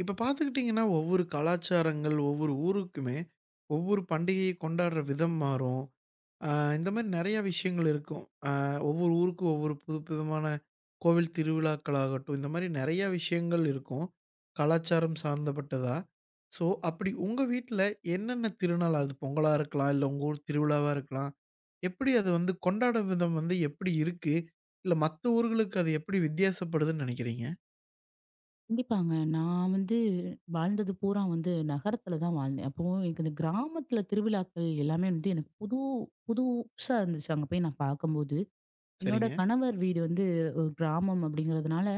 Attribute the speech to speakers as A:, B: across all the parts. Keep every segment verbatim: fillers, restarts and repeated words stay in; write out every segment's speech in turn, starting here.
A: இப்ப பார்த்துக்கிட்டிங்கன்னா, ஒவ்வொரு கலாச்சாரங்கள், ஒவ்வொரு ஊருக்குமே, ஒவ்வொரு பண்டிகையை கொண்டாடுற விதம் மாறும். அ இந்த மாரி நெறைய விஷயங்கள் இருக்கும். அ ஒவ்வொரு ஊருக்கும் ஒவ்வொரு புதுவிதமான கோவில் திருவிழாக்கள் ஆகட்டும், இந்த மாரி நெறைய விஷயங்கள் இருக்கும். கலாச்சாரம் சார்ந்தப்பட்டதா. ஸோ, அப்படி உங்க வீட்ல என்னென்ன திருநாள்? அது பொங்கலா இருக்கலாம், இல்ல உங்க ஊர் திருவிழாவா இருக்கலாம். எப்படி அது வந்து கொண்டாடும் விதம் வந்து எப்படி இருக்கு? இல்ல மத்த ஊர்களுக்கு அது எப்படி வித்தியாசப்படுதுன்னு நெனைக்கிறீங்க?
B: கண்டிப்பாங்க. நான் வந்து வாழ்ந்தது பூரா வந்து நகரத்துல தான் வாழ்ந்தேன். அப்போ எனக்கு இந்த கிராமத்துல திருவிழாக்கள் எல்லாமே வந்து எனக்கு புது புதுசா இருந்துச்சு அங்க போய் நான் பார்க்கும்போது. என்னோட
A: சரிங்க,
B: கணவர் வீடு வந்து ஒரு கிராமம் அப்படிங்கிறதுனால,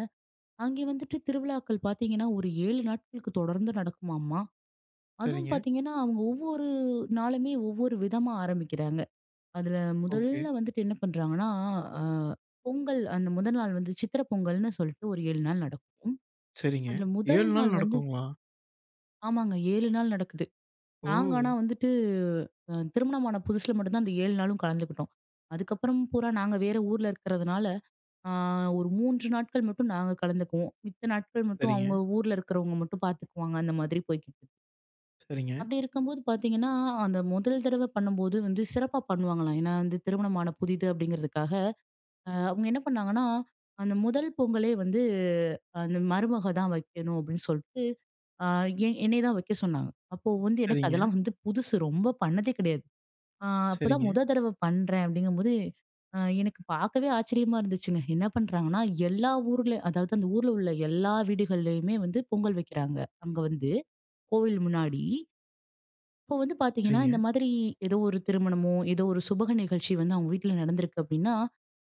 B: அங்கே வந்துட்டு திருவிழாக்கள் பார்த்தீங்கன்னா, ஒரு ஏழு நாட்களுக்கு தொடர்ந்து நடக்குமாமா. அதுவும்
A: சரிங்க.
B: பார்த்தீங்கன்னா, அவங்க ஒவ்வொரு நாளுமே ஒவ்வொரு விதமா ஆரம்பிக்கிறாங்க. அதுல
A: ஓகே.
B: முதல்ல வந்துட்டு என்ன பண்றாங்கன்னா, அ பொங்கல் அந்த முதல் நாள் வந்து சித்திரை பொங்கல்னு சொல்லிட்டு ஒரு ஏழு நாள் நடக்கும்.
A: சரிங்க.
B: அதுல முதல்
A: ஏழு நாள்
B: நாள் வந்து
A: நடக்குங்களா?
B: ஆமாங்க. ஏழு நாள் நடக்குது.
A: ஓ!
B: நாங்க ஆனா வந்துட்டு அ திருமணமான புதுசுல மட்டும் தான் அந்த ஏழு நாளும் கலந்துக்கிட்டோம். அதுக்கப்புறம் பூரா நாங்க வேற ஊர்ல இருக்கிறதுனால, ஆ ஒரு மூன்று நாட்கள் மட்டும் நாங்க கலந்துக்குவோம். மித்த நாட்கள் மட்டும்
A: சரிங்க,
B: அவங்க ஊர்ல இருக்கிறவங்க மட்டும் பார்த்துக்குவாங்க. அந்த மாதிரி போய்க்கிட்டு இருக்கு.
A: சரிங்க,
B: அப்படி இருக்கும்போது பார்த்தீங்கன்னா, அந்த முதல் தடவ பண்ணும்போது வந்து சிறப்பா பண்ணுவாங்களாம். ஏன்னா வந்து திருமணமான புதிது அப்படிங்கிறதுக்காக, அ அவங்க என்ன பண்ணாங்கன்னா, அந்த முதல் பொங்கலே வந்து அந்த மருமக தான் வைக்கணும் அப்படின்னு சொல்ட்டு ஆ எ என்னைய தான் வைக்க சொன்னாங்க. அப்போ வந்து எனக்கு
A: சரிங்க,
B: அதெல்லாம் வந்து புதுசு. ரொம்ப பண்ணதே கிடையாது. ஆ அப்பதான்
A: சரிங்க,
B: முத தடவ பண்றேன் அப்படிங்கும்போது, அ எனக்கு பார்க்கவே ஆச்சரியமா இருந்துச்சுங்க. என்ன பண்றாங்கன்னா, எல்லா ஊர்ல அதாவது அந்த ஊர்ல உள்ள எல்லா வீடுகள்லயுமே வந்து பொங்கல் வைக்கிறாங்க. அங்க வந்து கோவில் முன்னாடி. இப்போ வந்து பார்த்தீங்கன்னா,
A: சரிங்க,
B: இந்த மாதிரி ஏதோ ஒரு திருமணமோ, ஏதோ ஒரு சுபக நிகழ்ச்சி வந்து அவங்க வீட்ல நடந்திருக்கு அப்படின்னா,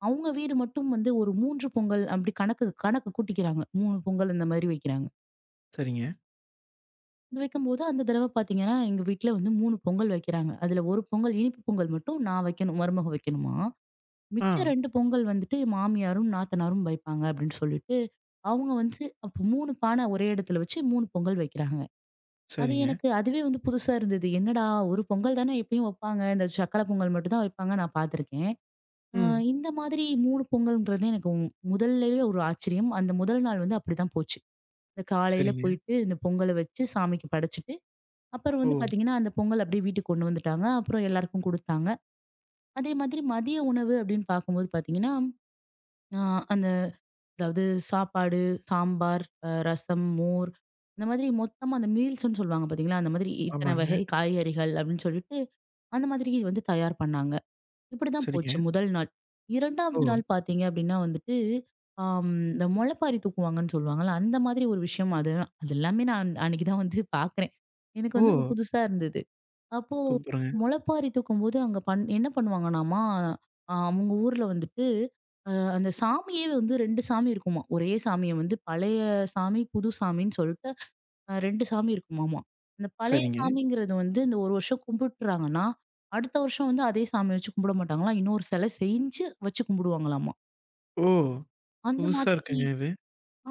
B: அவங்க வீடு மட்டும் வந்து ஒரு மூன்று பொங்கல் அப்படி கணக்கு கணக்கு கூட்டிக்கிறாங்க. மூன்று பொங்கல் இந்த மாதிரி வைக்கிறாங்க.
A: சரிங்க.
B: இது வைக்கும்போது அந்த தடவ பார்த்தீங்கன்னா, எங்க வீட்ல வந்து மூணு பொங்கல் வைக்கிறாங்க. அதுல ஒரு பொங்கல் இனிப்பு பொங்கல் மட்டும் நான் வைக்கணும். மருமக வைக்கணுமாம்.
A: ஆ,
B: மிச்ச ரெண்டு பொங்கல் வந்துட்டு மாமியாரும், நாத்தனாரும் வைப்பாங்க அப்படின்னு சொல்லிட்டு, அவங்க வந்து அப்ப மூணு பானை ஒரே இடத்துல வச்சு மூணு பொங்கல் வைக்கிறாங்க. அது
A: சரிங்க.
B: எனக்கு அதுவே வந்து புதுசா இருந்தது. என்னடா! ஒரு பொங்கல் தானே எப்பயும் வைப்பாங்க. இந்த சக்கர பொங்கல் மட்டும் தான் வைப்பாங்க நான் பார்த்துருக்கேன். அ
A: ம்.
B: இந்த மாதிரி மூணு பொங்கல்ன்றது எனக்கு முதல்லயே ஒரு ஆச்சரியம். அந்த முதல் நாள் வந்து அப்படிதான் போச்சு. இந்த காலையில
A: சரிங்க.
B: போயிட்டு இந்த பொங்கல வச்சு சாமிக்கு படைச்சுட்டு அப்புறம்
A: ஓ!
B: வந்து பாத்தீங்கன்னா, அந்த பொங்கல் அப்படியே வீட்டுக்கு கொண்டு வந்துட்டாங்க. அப்புறம் எல்லாருக்கும் குடுத்தாங்க. அதே மாதிரி மதிய உணவு அப்படின்னு பார்க்கும்போது பாத்தீங்கன்னா, அ அந்த அதாவது சாப்பாடு, சாம்பார், அ ரசம், மோர் இந்த மாதிரி மொத்தமா அந்த மீல்ஸ்ன்னு சொல்லுவாங்க பாத்தீங்களா? அந்த மாதிரி இத்தனை வகை
A: ஆமாங்க.
B: காய்கறிகள் அப்படின்னு சொல்லிட்டு, அந்த மாதிரி வந்து தயார் பண்ணாங்க. இப்படிதான்
A: சரிங்க.
B: போச்சு முதல் நாள்.
A: ஓ!
B: இரண்டாவது நாள் பாத்தீங்க அப்படின்னா வந்துட்டு, ஆம் இந்த முளைப்பாரி தூக்குவாங்கன்னு சொல்லுவாங்கல்ல, அந்த மாதிரி ஒரு விஷயம் அது அது எல்லாமே நான் அன்னைக்கு தான் வந்து பாக்குறேன். எனக்கு வந்து அது
A: ஓ!
B: புதுசா இருந்தது. அப்போ
A: சூப்பருங்க.
B: முளைப்பாரி தூக்கும்போது அங்க பண் என்ன பண்ணுவாங்கன்னாமா, அ அவங்க ஊர்ல வந்துட்டு, அ அந்த சாமியே வந்து ரெண்டு சாமி இருக்குமாம். ஒரே சாமிய வந்து பழைய சாமி, புது சாமின்னு சொல்லிட்டு அ ரெண்டு சாமி இருக்குமாமா. அந்த பழைய
A: சரிங்க.
B: சாமிங்கிறது வந்து இந்த ஒரு வருஷம் கும்பிட்டுறாங்கன்னா, அடுத்த வருஷம் வந்து அதே சாமிய வச்சு கும்பிட மாட்டாங்களாம். இன்னொரு சிலை செஞ்சு வச்சு கும்பிடுவாங்களாமா.
A: ஓ!
B: அந்த
A: புதுசா
B: மாதிரி
A: இருக்குங்க இது.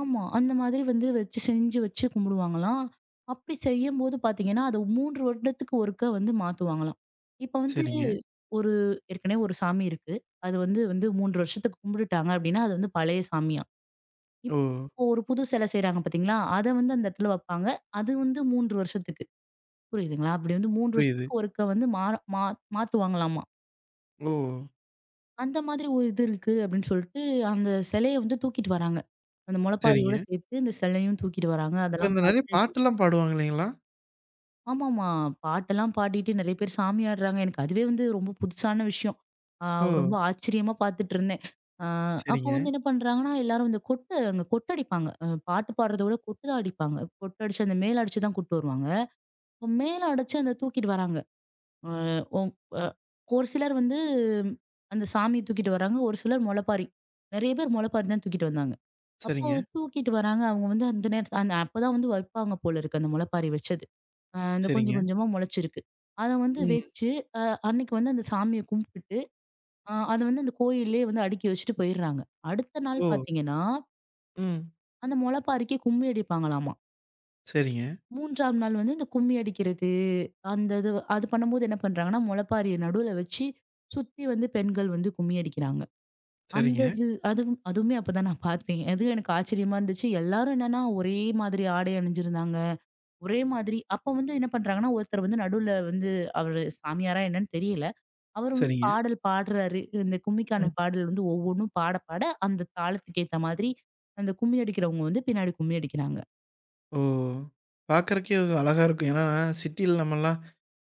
B: ஆமா. அந்த மாதிரி வந்து வச்சு செஞ்சு வச்சு கும்பிடுவாங்களாம். அப்படி செய்யும்போது பார்த்தீங்கன்னா, அத மூன்று வருடத்துக்கு ஒருக்க வந்து மாத்துவாங்களாம். இப்ப வந்து
A: சரிங்க.
B: ஒரு ஏற்கனவே ஒரு சாமி இருக்கு. அது வந்து வந்து மூன்று வருஷத்துக்கு கும்பிட்டுட்டாங்க அப்படின்னா, அது வந்து பழைய சாமியாம்.
A: ஓ!
B: இப்போ ஒரு புது சிலை செய்றாங்க பார்த்தீங்களா? அத வந்து அந்த இடத்துல வைப்பாங்க. அது வந்து மூன்று வருஷத்துக்கு. புரியுதுங்களா? அப்படி வந்து மூன்று
A: புரியுது.
B: வருஷத்துக்கு ஒருக்க வந்து மாற மா மாத்துவாங்களாமா.
A: ஓ!
B: அந்த மாதிரி ஒரு இது இருக்கு அப்படின்னு சொல்லிட்டு, அந்த சிலைய வந்து தூக்கிட்டு வராங்க. அந்த முளைப்பாரியோட
A: சரிங்க.
B: சேர்த்து அந்த சிலையும் தூக்கிட்டு வராங்க.
A: அப்ப
B: அதெல்லாம்
A: இந்த நெறைய
B: பார்த்து
A: பாட்டெல்லாம் பாடுவாங்க இல்லைங்களா?
B: ஆமாமா. பாட்டெல்லாம் பாடிட்டு நெறைய பேர் சாமி ஆடுறாங்க. எனக்கு அதுவே வந்து ரொம்ப புதுசான விஷயம். ஆ
A: ஓ!
B: ரொம்ப ஆச்சரியமா பார்த்துட்டுருந்தேன். ஆ அப்போ
A: சரிங்க,
B: வந்து என்ன பண்றாங்கன்னா, எல்லாரும் இந்த கொட்டு அங்க கொட்டடிப்பாங்க. அ பாட்டு பாடுறத விட கொட்டு தான் அடிப்பாங்க. கொட்டடிச்சு, அந்த மேளம் அடிச்சு தான் கூட்டு வருவாங்க. அப்ப மேளம் அடிச்சு அந்த தூக்கிட்டு வராங்க. அ ஒங் அ ஒரு சிலர் வந்து அந்த சாமிய தூக்கிட்டு வராங்க. ஒரு சிலர் முளைப்பாரி. நெறைய பேர் முளைப்பாரி தான் தூக்கிட்டு வந்தாங்க. அப்போ
A: சரிங்க,
B: தூக்கிட்டு வராங்க. அவங்க வந்து அந்த நேரத் அந்த அப்பதான் வந்து வைப்பாங்க போல இருக்கு அந்த முளைப்பாரி வச்சது. அ அந்த கொஞ்சம்
A: சரிங்க.
B: கொஞ்சமா முளைச்சிருக்கு. அத வந்து
A: ம்.
B: வச்சு, அ அன்னைக்கு வந்து அந்த சாமிய கும்பிட்டுட்டு, அ அத வந்து அந்த கோயில்லயே வந்து அடுக்கி வச்சுட்டு போயிடுறாங்க. அடுத்த
A: ஓ!
B: நாள் பார்த்தீங்கன்னா,
A: ம்.
B: அந்த முளைப்பாரிக்கு கும்மி அடிப்பாங்களாமா.
A: சரிங்க,
B: மூன்றாவது நாள் வந்து இந்த கும்மி அடிக்கிறது, அந்த இது அது பண்ணும்போது என்ன பண்றாங்கன்னா, முளைப்பாரிய நடுவுல வச்சு சுத்தி வந்து பெண்கள் வந்து கும்மி அடிக்கிறாங்க. அந்த
A: சரிங்க,
B: இது அதுவும் அதுவுமே அப்பதான் நான் பார்த்தேன். அது எனக்கு ஆச்சரியமா இருந்துச்சு. எல்லாரும் என்னன்னா ஒரே மாதிரி ஆடை அணிஞ்சிருந்தாங்க. ஒரே மாதிரி அப்ப வந்து என்ன பண்றாங்கன்னா, ஒருத்தர் வந்து நடுவுல வந்து அவரு சாமியாரா என்னன்னு தெரியல. அவரு வந்து
A: சரிங்க.
B: பாடல் பாடுறாரு. இந்த கும்மிக்கான
A: ம்.
B: பாடல் வந்து ஒவ்வொன்னும் பாட, பாட அந்த தாளத்துக்கு ஏத்த மாதிரி அந்த கும்மி அடிக்கிறவங்க வந்து பின்னாடி கும்மி அடிக்கிறாங்க.
A: ஓ! பார்க்கறக்கே அழகா இருக்கும். ஏன்னா, சிட்டில நம்மலாம்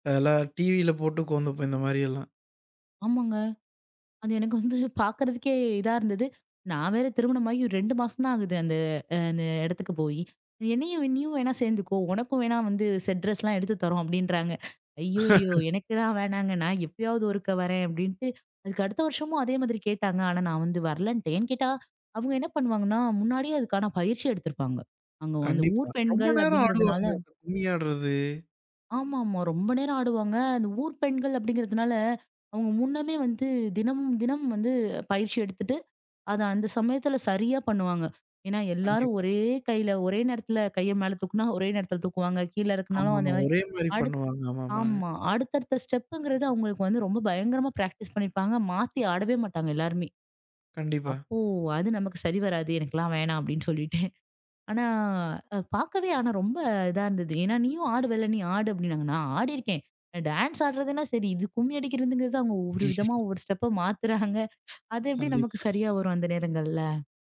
A: அதெல்லாம் டிவில போட்டு கோந்துப்போம் இந்த மாரியெல்லாம்.
B: ஆமாங்க. அது எனக்கு வந்து பார்க்கறதுக்கே இதா இருந்தது. நான் வேற திருமணமாகி ரெண்டு மாசம் தான் ஆகுது அந்த அ அந்த இடத்துக்கு போயி. "என்னையும் நீயும் வேணா சேர்ந்துக்கோ. உனக்கும் வேணா வந்து செட் ட்ரெஸ்லாம் எடுத்து தரோம்" அப்படின்றாங்க. ஐய்யய்யோ! எனக்குலாம் வேணாங்க. நான் எப்பயாவது ஒருக்க வரேன் அப்படின்ட்டு, அதுக்கு அடுத்த வருஷமும் அதே மாதிரி கேட்டாங்க. ஆனா நான் வந்து வரலன்ட்டேன். ஏன்னு கேட்டா, அவங்க என்ன பண்ணுவாங்கன்னா, முன்னாடியே அதுக்கான பயிற்சி எடுத்திருப்பாங்க. அங்க அந்த
A: கண்டிப்பா.
B: ஊர்
A: ரொம்ப
B: பெண்கள்
A: நேரம்
B: அப்படிங்கிறதுனால
A: ஆடுவாங்க. கும்மி ஆடுறது.
B: ஆமாமா. ரொம்ப நேரம் ஆடுவாங்க. அந்த ஊர் பெண்கள் அப்படிங்கிறதுனால, அவங்க முன்னமே வந்து தினமும் தினமும் வந்து பயிற்சி எடுத்துட்டு, அத அந்த சமயத்துல சரியா பண்ணுவாங்க. ஏன்னா, எல்லாரும்
A: கண்டிப்பா.
B: ஒரே கையில, ஒரே நேரத்துல கைய மேல தூக்குனா, ஒரே நேரத்துல தூக்குவாங்க. கீழ இருக்குனாலும் அந்த
A: ஆமாமா.
B: மாரி.
A: ஒரே மாரி
B: அடுத்
A: பண்ணுவாங்க. ஆமாமாங்க.
B: ஆமா. அடுத்தடுத்த ஸ்டெப்புங்கிறது அவங்களுக்கு வந்து ரொம்ப பயங்கரமா பிராக்டிஸ் பண்ணியிருப்பாங்க. மாத்தி ஆடவே மாட்டாங்க எல்லாருமே.
A: கண்டிப்பா.
B: அப்போ அது நமக்கு சரி வராது. எனக்கெல்லாம் வேணாம் அப்படின்னு சொல்லிட்டு. ஆனா, அ பார்க்கவே ஆனா ரொம்ப இதா இருந்தது. ஏன்னா, "நீயும் ஆடுவல்ல, நீ ஆடு" அப்படின்னாங்க. நான் ஆடியிருக்கேன். டான்ஸ் ஆடுறதுன்னா சரி, இது கும்மி அடிக்கிறதுங்கிறது அவங்க ஒவ்வொரு விதமா ஒவ்வொரு ஸ்டெப்பா மாத்துறாங்க. அது எப்படி நமக்கு
A: கண்டிப்பா.
B: சரியா வரும் அந்த நேரங்கள்ல?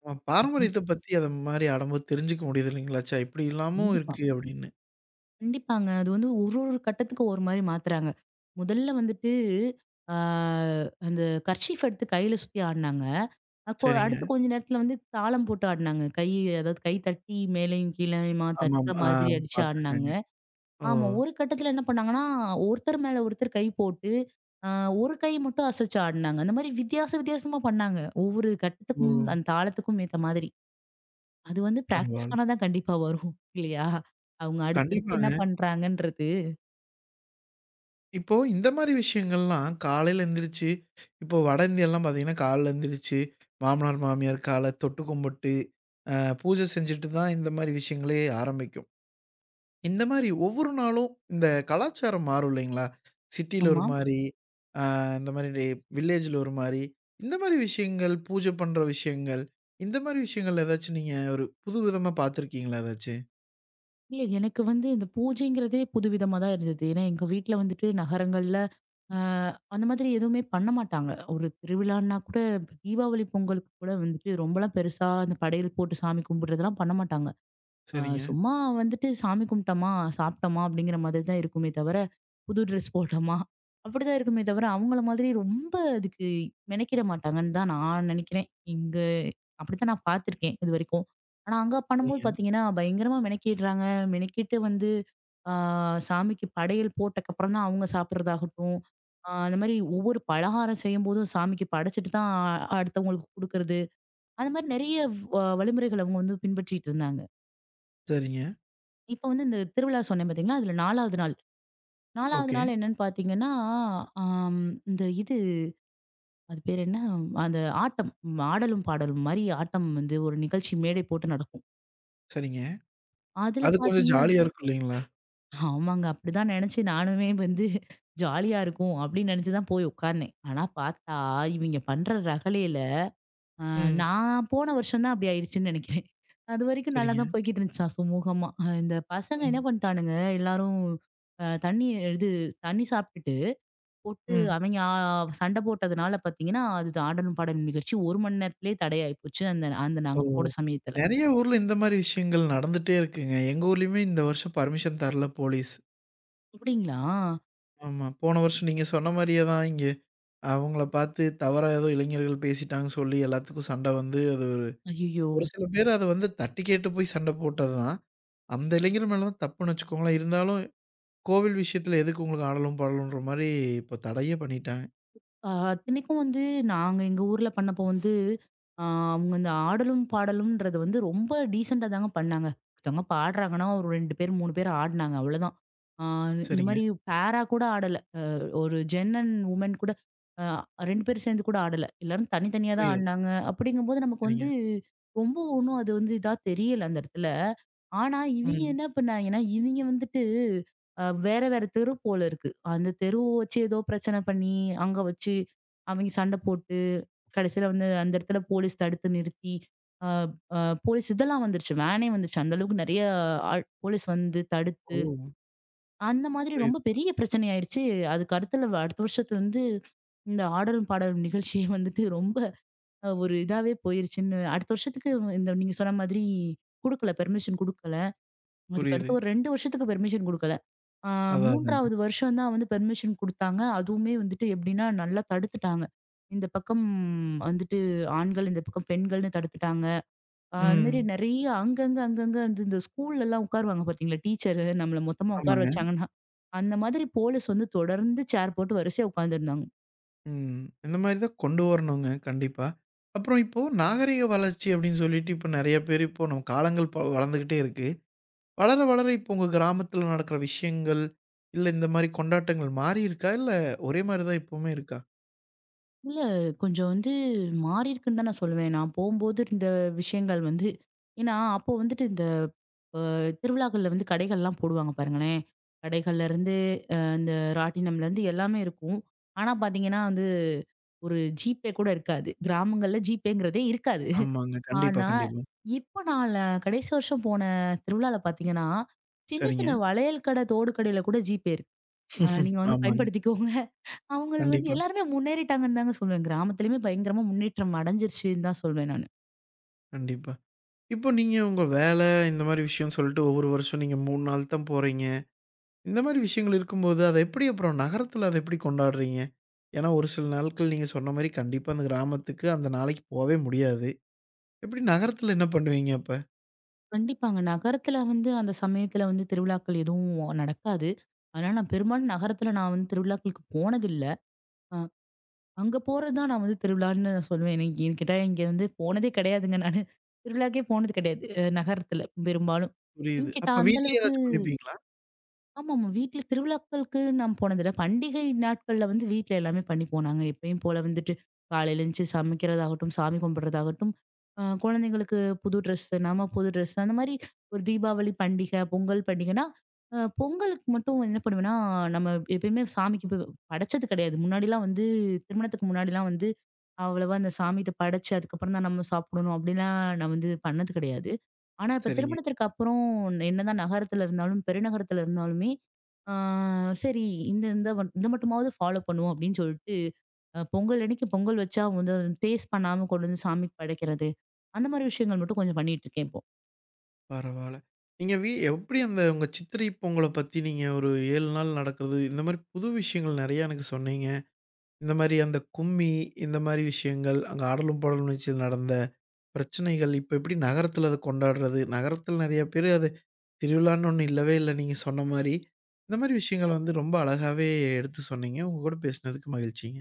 A: நம்ம
B: அப்படின்னு
A: பாரம்பரியத்த
B: சொல்லி.
A: பத்தி அது மாரி ஆடம்போது தெரிஞ்சுக்க முடியுது இல்லைங்களா? ச்சே! இப்படி எல்லாமும்
B: கண்டிப்பா.
A: இருக்கு அப்படின்னு.
B: கண்டிப்பாங்க. அது வந்து ஒரு ஒரு கட்டத்துக்கு ஒரு மாரி மாத்துறாங்க. முதல்ல வந்துட்டு, ஆ அந்த கர்ச்சீஃப் எடுத்து கையில சுத்தி ஆடுனாங்க. அ கொ
A: சரிங்க.
B: அடுத்து கொஞ்ச நேரத்துல வந்து தாளம் போட்டு ஆடுனாங்க. கை அதாவது கை தட்டி மேலயும் கீழயுமா தட்டுற
A: ஆமாமா. ஆ
B: மாதிரி அடிச்சு ஆடுனாங்க.
A: பார்த்துருக்கேங்க. ஓ!
B: ஆமா. ஒரு கட்டத்துல என்ன பண்ணாங்கன்னா, ஒருத்தர் மேல ஒருத்தர் கை போட்டு, அ ஒரு கை மட்டும் அசைச்சு ஆடுனாங்க. அந்த மாரி வித்தியாச வித்தியாசமா பண்ணாங்க. ஒவ்வொரு
A: ஓ!
B: கட்டத்துக்கும், அந்த தாளத்துக்கும் ஏத்த மாதிரி. அது வந்து பிராக்டிஸ்
A: பரவால்ல.
B: பண்ணா தான் கண்டிப்பா வரும். இல்லையா? அவங்க அடுத்தடுத்து என்ன
A: கண்டிப்பாங்க.
B: பண்றாங்கன்றது.
A: இப்போ இந்த மாரி விஷயங்கள்லாம் காலையில எந்திரிச்சு, இப்போ வட இந்தியாலாம் பார்த்தீங்கன்னா, காலைல எந்திரிச்சு மாமனார், மாமியார் கால தொட்டு கும்பிட்டு, அ பூஜை செஞ்சுட்டு தான் இந்த மாரி விஷயங்களே ஆரம்பிக்கும். இந்த மாரி ஒவ்வொரு நாளும் இந்த கலாச்சாரம் மாறும் இல்லைங்களா? சிட்டில ஒரு
B: ஆமா.
A: மாரி, அ இந்த மாரி டே வில்லேஜ்ல ஒரு மாரி, இந்த மாரி விஷயங்கள், பூஜை பண்ற விஷயங்கள், இந்த மாரி விஷயங்கள் ஏதாச்சும் நீங்க ஒரு புது விதமா பார்த்துருக்கீங்களா ஏதாச்சு?
B: இல்ல எனக்கு வந்து இந்த பூஜைங்கிறதே புதுவிதமா தான் இருந்தது. ஏன்னா எங்க வீட்ல வந்துட்டு நகரங்கள்ல அ அந்த மாதிரி எதுவுமே பண்ண மாட்டாங்க. ஒரு திருவிழான்னா கூட, இப்ப தீபாவளி பொங்கலுக்கு கூட வந்துட்டு ரொம்பலாம் பெருசா அந்த படையல் போட்டு சாமி கும்பிடுறதெல்லாம் பண்ண மாட்டாங்க. ஆ
A: சரிங்க,
B: சும்மா வந்துட்டு சாமி கும்பிட்டோமா, சாப்பிட்டோமா அப்படிங்கிற மாதிரி தான் இருக்குமே தவிர, புது ட்ரெஸ் போட்டோமா, அப்படிதான் இருக்குமே தவிர, அவங்கள மாதிரி ரொம்ப அதுக்கு மெனக்கிட மாட்டாங்கன்னு தான் நான் நினைக்கிறேன். இங்க அப்படித்தான் நான் பார்த்துருக்கேன் இதுவரைக்கும். ஆனா அங்க பண்ணும்போது
A: சரிங்க,
B: பார்த்தீங்கன்னா, பயங்கரமா மெனக்கிடுறாங்க. மெனக்கிட்டு வந்து ஆ சாமிக்கு படையல் போட்டக்கப்புறம் தான் அவங்க சாப்பிடுறதாகட்டும், ஆ அந்த மாரி ஒவ்வொரு பலகாரம் செய்யும்போதும் சாமிக்கு படைச்சிட்டு தான் அடுத்தவங்களுக்கு குடுக்குறது. அந்த மாரி நெறைய வ வழிமுறைகள் அவங்க வந்து பின்பற்றிட்டு இருந்தாங்க.
A: சரிங்க.
B: இப்ப வந்து இந்த திருவிழா சொன்னேன் பார்த்தீங்களா? அதுல நாலாவது நாள். நாலாவது
A: ஓகே,
B: நாள் என்னன்னு பார்த்தீங்கன்னா, ஆம் இந்த இது அது பேர் என்ன? அந்த ஆட்டம். ம், ஆடலும், பாடலும் மாரி ஆட்டம் வந்து ஒரு நிகழ்ச்சி மேடை போட்டு நடக்கும்.
A: சரிங்க.
B: அதுல
A: அது கொஞ்சம்
B: பார்த்தீங்க
A: ஜாலியா இருக்கும் இல்லைங்களா?
B: ஆமாங்க. அப்படிதான் நெனச்சு நானுமே வந்து ஜாலியா இருக்கும் அப்படின்னு நெனச்சு தான் போய் உட்கார்ந்தேன். ஆனா பார்த்தா, இவிங்க பண்ற ரகளையில, அ
A: ம்.
B: நான் போன வருஷம் தான் அப்படி ஆயிடுச்சுன்னு நெனைக்கிறேன். அதுவரைக்கும் நல்லா
A: சரிங்க.
B: தான் போய்க்கிட்டு இருந்துச்சாம் சுமூகமா. ஆஹ், இந்த பசங்க என்ன
A: ம்,
B: பண்ணிட்டானுங்க, எல்லாரும் அ தண்ணி இது தண்ணி சாப்ட்டுட்டு போட்டு
A: ம்.
B: அவங்க ஆ சண்டை போட்டதுனால பார்த்தீங்கன்னா, அது ஆடலும் பாடலும் நிகழ்ச்சி ஒரு மணி நேரத்திலேயே தடையாயி போச்சு. அந்த அந்த
A: ஓ!
B: நாங்க போன சமயத்துல.
A: நெறைய ஊர்ல இந்த மாரி விஷயங்கள் நடந்துட்டே இருக்குங்க. எங்க ஊர்லயுமே இந்த வருஷம் பர்மிஷன் தரல போலீஸ்.
B: அப்படிங்களா?
A: ஆமா. போன வருஷம் நீங்க சொன்ன மாரியே தான் இங்க அவங்கள பார்த்து தவறா ஏதோ இளைஞர்கள் பேசிட்டாங்கன்னு சொல்லி எல்லாத்துக்கும் சண்டை வந்து அது ஒரு
B: ஐயய்யோ!
A: ஒரு சில பேர் அத வந்து தட்டி கேட்டு போய் சண்டை போட்டது தான். அந்த இளைஞர் மேல தான் தப்புன்னு வச்சுக்கோங்களேன். இருந்தாலும் கோவில் விஷயத்துல எதுக்கு உங்களுக்கு ஆடலும், பாடலும்ன்ற மாரி இப்போ தடையே பண்ணிட்டாங்க.
B: ஆ அத்தனைக்கும் வந்து நாங்க எங்க ஊர்ல பண்ணப்போ வந்து, ஆ அவங்க இந்த ஆடலும், பாடலும்ன்றது வந்து ரொம்ப டீசென்ட்டா தாங்க பண்ணாங்க. ஒருத்தவங்க பாடுறாங்கன்னா, ஒரு ரெண்டு பேர், மூணு பேர் ஆடுனாங்க அவ்வளோதான். ஆ இந்த
A: சரிங்க.
B: மாரி பேரா கூட ஆடல. அ ஒரு ஜென் அண்ட் வுமன் கூட அ ரெண்டு பேரும் சேர்ந்து கூட ஆடல. எல்லாரும் தனித்தனியா தான்
A: புரியுது.
B: ஆடுனாங்க. அப்படிங்கும்போது நமக்கு
A: சரிங்க.
B: வந்து ரொம்ப ஒண்ணும் அது வந்து இதா தெரியல அந்த இடத்துல. ஆனா, இவிங்க
A: ம்.
B: என்ன பண்ணாய்ங்கன்னா, இவிங்க வந்துட்டு அ வேற வேற தெரு போல இருக்கு. அந்த தெருவ வச்சு ஏதோ பிரச்சனை பண்ணி, அங்க வச்சு அவிங்க சண்டை போட்டு, கடைசியில வந்து அந்த இடத்துல போலீஸ் தடுத்து நிறுத்தி, அ அ போலீஸ் இதெல்லாம் வந்துருச்சு. வேனே வந்துருச்சு. அந்த அளவுக்கு நெறைய ஆள் போலீஸ் வந்து
A: ஓ!
B: தடுத்து, அந்த மாதிரி ரொம்ப
A: புரியுது,
B: பெரிய பிரச்சனை ஆயிருச்சு. அதுக்கு அடுத்துல அடுத்த வருஷத்துல இருந்து இந்த ஆடலும் பாடலும் நிகழ்ச்சியே வந்துட்டு ரொம்ப அஹ், ஒரு இதாவே போயிருச்சுன்னு, அடுத்த வருஷத்துக்கு இந்த நீங்க சொன்ன மாதிரி குடுக்கல, பெர்மிஷன் குடுக்கல.
A: புரியுது.
B: அதுக்கடுத்து ஒரு ரெண்டு வருஷத்துக்கு பெர்மிஷன் குடுக்கல. ஆ
A: அதான், அதாங்க.
B: மூன்றாவது வருஷம் தான் வந்து பெர்மிஷன் குடுத்தாங்க. அதுவுமே வந்துட்டு எப்படின்னா, நல்லா தடுத்துட்டாங்க. இந்த பக்கம் வந்துட்டு ஆண்கள், இந்த பக்கம் பெண்கள்னு தடுத்துட்டாங்க. அ அது மாரி
A: ம்.
B: நெறைய அங்கங்க, அங்கங்க வந்து இந்த ஸ்கூல்லலாம் உட்காருவாங்க பார்த்தீங்களா, டீச்சரு நம்மள மொத்தமா உட்கார
A: ஆமாங்க.
B: வச்சாங்கன்னா, அந்த மாதிரி போலீஸ் வந்து தொடர்ந்து சேர் போட்டு வரிசையா உட்காந்துருந்தாங்க.
A: ம். இந்த மாரி தான் கொண்டு வரணுங்க கண்டிப்பா. அப்புறம் இப்போ நாகரீக வளர்ச்சி அப்படின்னு சொல்லிட்டு இப்போ நெறைய பேர் இப்போ நம்ம காலங்கள் ப வளர்ந்துகிட்டே இருக்கு. வளர வளர இப்போ உங்க கிராமத்துல நடக்கிற விஷயங்கள், இல்ல இந்த மாரி கொண்டாட்டங்கள் மாறியிருக்கா? இல்ல ஒரே மாரி தான் இப்பவுமே இருக்கா?
B: இல்ல கொஞ்சம் வந்து மாறியிருக்குன்னு தான் நான் சொல்லுவேன். நான் போம்போது இருந்த விஷயங்கள் வந்து ஏன்னா, அப்போ வந்துட்டு இந்த அ திருவிழாக்கள்ல வந்து கடைகள்லாம் போடுவாங்க பாருங்களேன். கடைகள்லேருந்து, அந்த ராட்டினம்லேருந்து எல்லாமே இருக்கும். ஆனா பார்த்தீங்கன்னா வந்து, ஒரு ஜிபே கூட இருக்காது. கிராமங்கள்ல ஜிபேங்கிறதே இருக்காது.
A: ஆமாங்க. கண்டிப்பா,
B: ஆனா,
A: கண்டிப்பா.
B: இப்ப நான் ல கடைசி வருஷம் போன திருவிழால பார்த்தீங்கன்னா, சின்ன
A: சரிங்க.
B: சின்ன வளையல் கடை, தோடு கடையில கூட ஜிபே இருக்கு. அ நீங்க வந்து
A: ஆமாங்க.
B: பயன்படுத்திக்கோங்க. அவங்கள் வந்து
A: கண்டிப்பா,
B: எல்லாருமே முன்னேறிட்டாங்கன்னு தாங்க சொல்லுவேன். கிராமத்திலயுமே பயங்கரமா முன்னேற்றம் அடைஞ்சிருச்சுன்னு தான் சொல்வேன் நானு.
A: கண்டிப்பா. இப்போ நீங்க உங்க வேலை இந்த மாரி விஷயம்னு சொல்லிட்டு ஒவ்வொரு வருஷம் நீங்க மூன்று நாள் தான் போறீங்க. இந்த மாரி விஷயங்கள் இருக்கும்போது, அத எப்படி அப்புறம் நகரத்துல அத எப்படி கொண்டாடுறீங்க? ஏன்னா, ஒரு சில நாட்கள் நீங்க சொன்ன மாரி கண்டிப்பா அந்த கிராமத்துக்கு அந்த நாளைக்கு போவே முடியாது. எப்படி நகரத்துல என்ன பண்ணுவீங்க அப்ப?
B: கண்டிப்பாங்க. நகரத்துல வந்து அந்த சமயத்துல வந்து திருவிழாக்கள் எதுவும் நடக்காது. அதனால நான் பெரும்பாலும் நகரத்துல நான் வந்து திருவிழாக்களுக்கு போனதில்ல. அ அங்க போறது தான் நான் வந்து திருவிழான்னு சொல்லுவேன். எனக்கு ஏன்னு கேட்டா இங்க வந்து போனதே கிடையாதுங்க நானு. திருவிழாக்கே போனது கிடையாது. அ நகரத்துல பெரும்பாலும்.
A: புரியுது.
B: ஏன்னு கேட்டா
A: அப்ப
B: அந்த
A: வீட்லயே
B: அளவுக்கு
A: ஏதாச்சும் பண்ணிப்பீங்களா?
B: ஆமாமா. வீட்ல திருவிழாக்களுக்கு நான் போனதில்ல. பண்டிகை நாட்கள்ல வந்து வீட்ல எல்லாமே பண்ணிப்போம் நாங்க. எப்பயும் போல வந்துட்டு காலையில எந்திச்சு சமைக்கிறதாகட்டும், சாமி கும்பிடுறதாகட்டும், அ குழந்தைங்களுக்கு புது ட்ரெஸ், நாம புது ட்ரெஸ் அந்த மாரி ஒரு தீபாவளி பண்டிகை, பொங்கல் பண்டிகைன்னா, அ பொங்கலுக்கு மட்டும் என்ன பண்ணுவேன்னா, நம்ம எப்பயுமே சாமிக்கு ப படைச்சது கிடையாது. முன்னாடிலாம் வந்து திருமணத்துக்கு முன்னாடிலாம் வந்து அவ்வளவா அந்த சாமிட்ட படைச்சு, அதுக்கப்புறம் தான் நம்ம சாப்பிடணும் அப்படிலாம் நான் வந்து பண்ணது கிடையாது. ஆனா, இப்ப
A: சரிங்க.
B: திருமணத்திற்கு அப்புறம் என்னதான் நகரத்துல இருந்தாலும், பெருநகரத்துல இருந்தாலுமே, ஆ சரி இந்த இந்த மட் இத மட்டுமாவது ஃபாலோ பண்ணுவோம் அப்படின்னு சொல்லிட்டு, அ பொங்கல் அன்னைக்கு பொங்கல் வச்சா வந்து டேஸ்ட் பண்ணாம கொண்டு வந்து சாமிக்கு படைக்கிறது. அந்த மாரி விஷயங்கள் மட்டும் கொஞ்சம் பண்ணிட்டு இருக்கேன் இப்போ.
A: பரவால்ல. நீங்க வீ எப்படி அந்த உங்க சித்திரை பொங்கல பத்தி நீங்க ஒரு ஏழு நாள் நடக்கிறது, இந்த மாரி புது விஷயங்கள் நெறைய எனக்கு சொன்னீங்க. இந்த மாரி அந்த கும்மி, இந்த மாரி விஷயங்கள், அங்க ஆடலும் பாடலும் நிகழ்ச்சியில் நடந்த பிரச்சனைகள், இப்ப எப்படி நகரத்துல அத கொண்டாடுறது, நகரத்துல நெறைய பேரு அத திருவிழான்னு ஒண்ணு இல்லவே இல்ல நீங்க சொன்ன மாரி. இந்த மாரி விஷயங்கள் வந்து ரொம்ப அழகாவே எடுத்து சொன்னீங்க. உங்க கூட பேசினதுக்கு மகிழ்ச்சிங்க.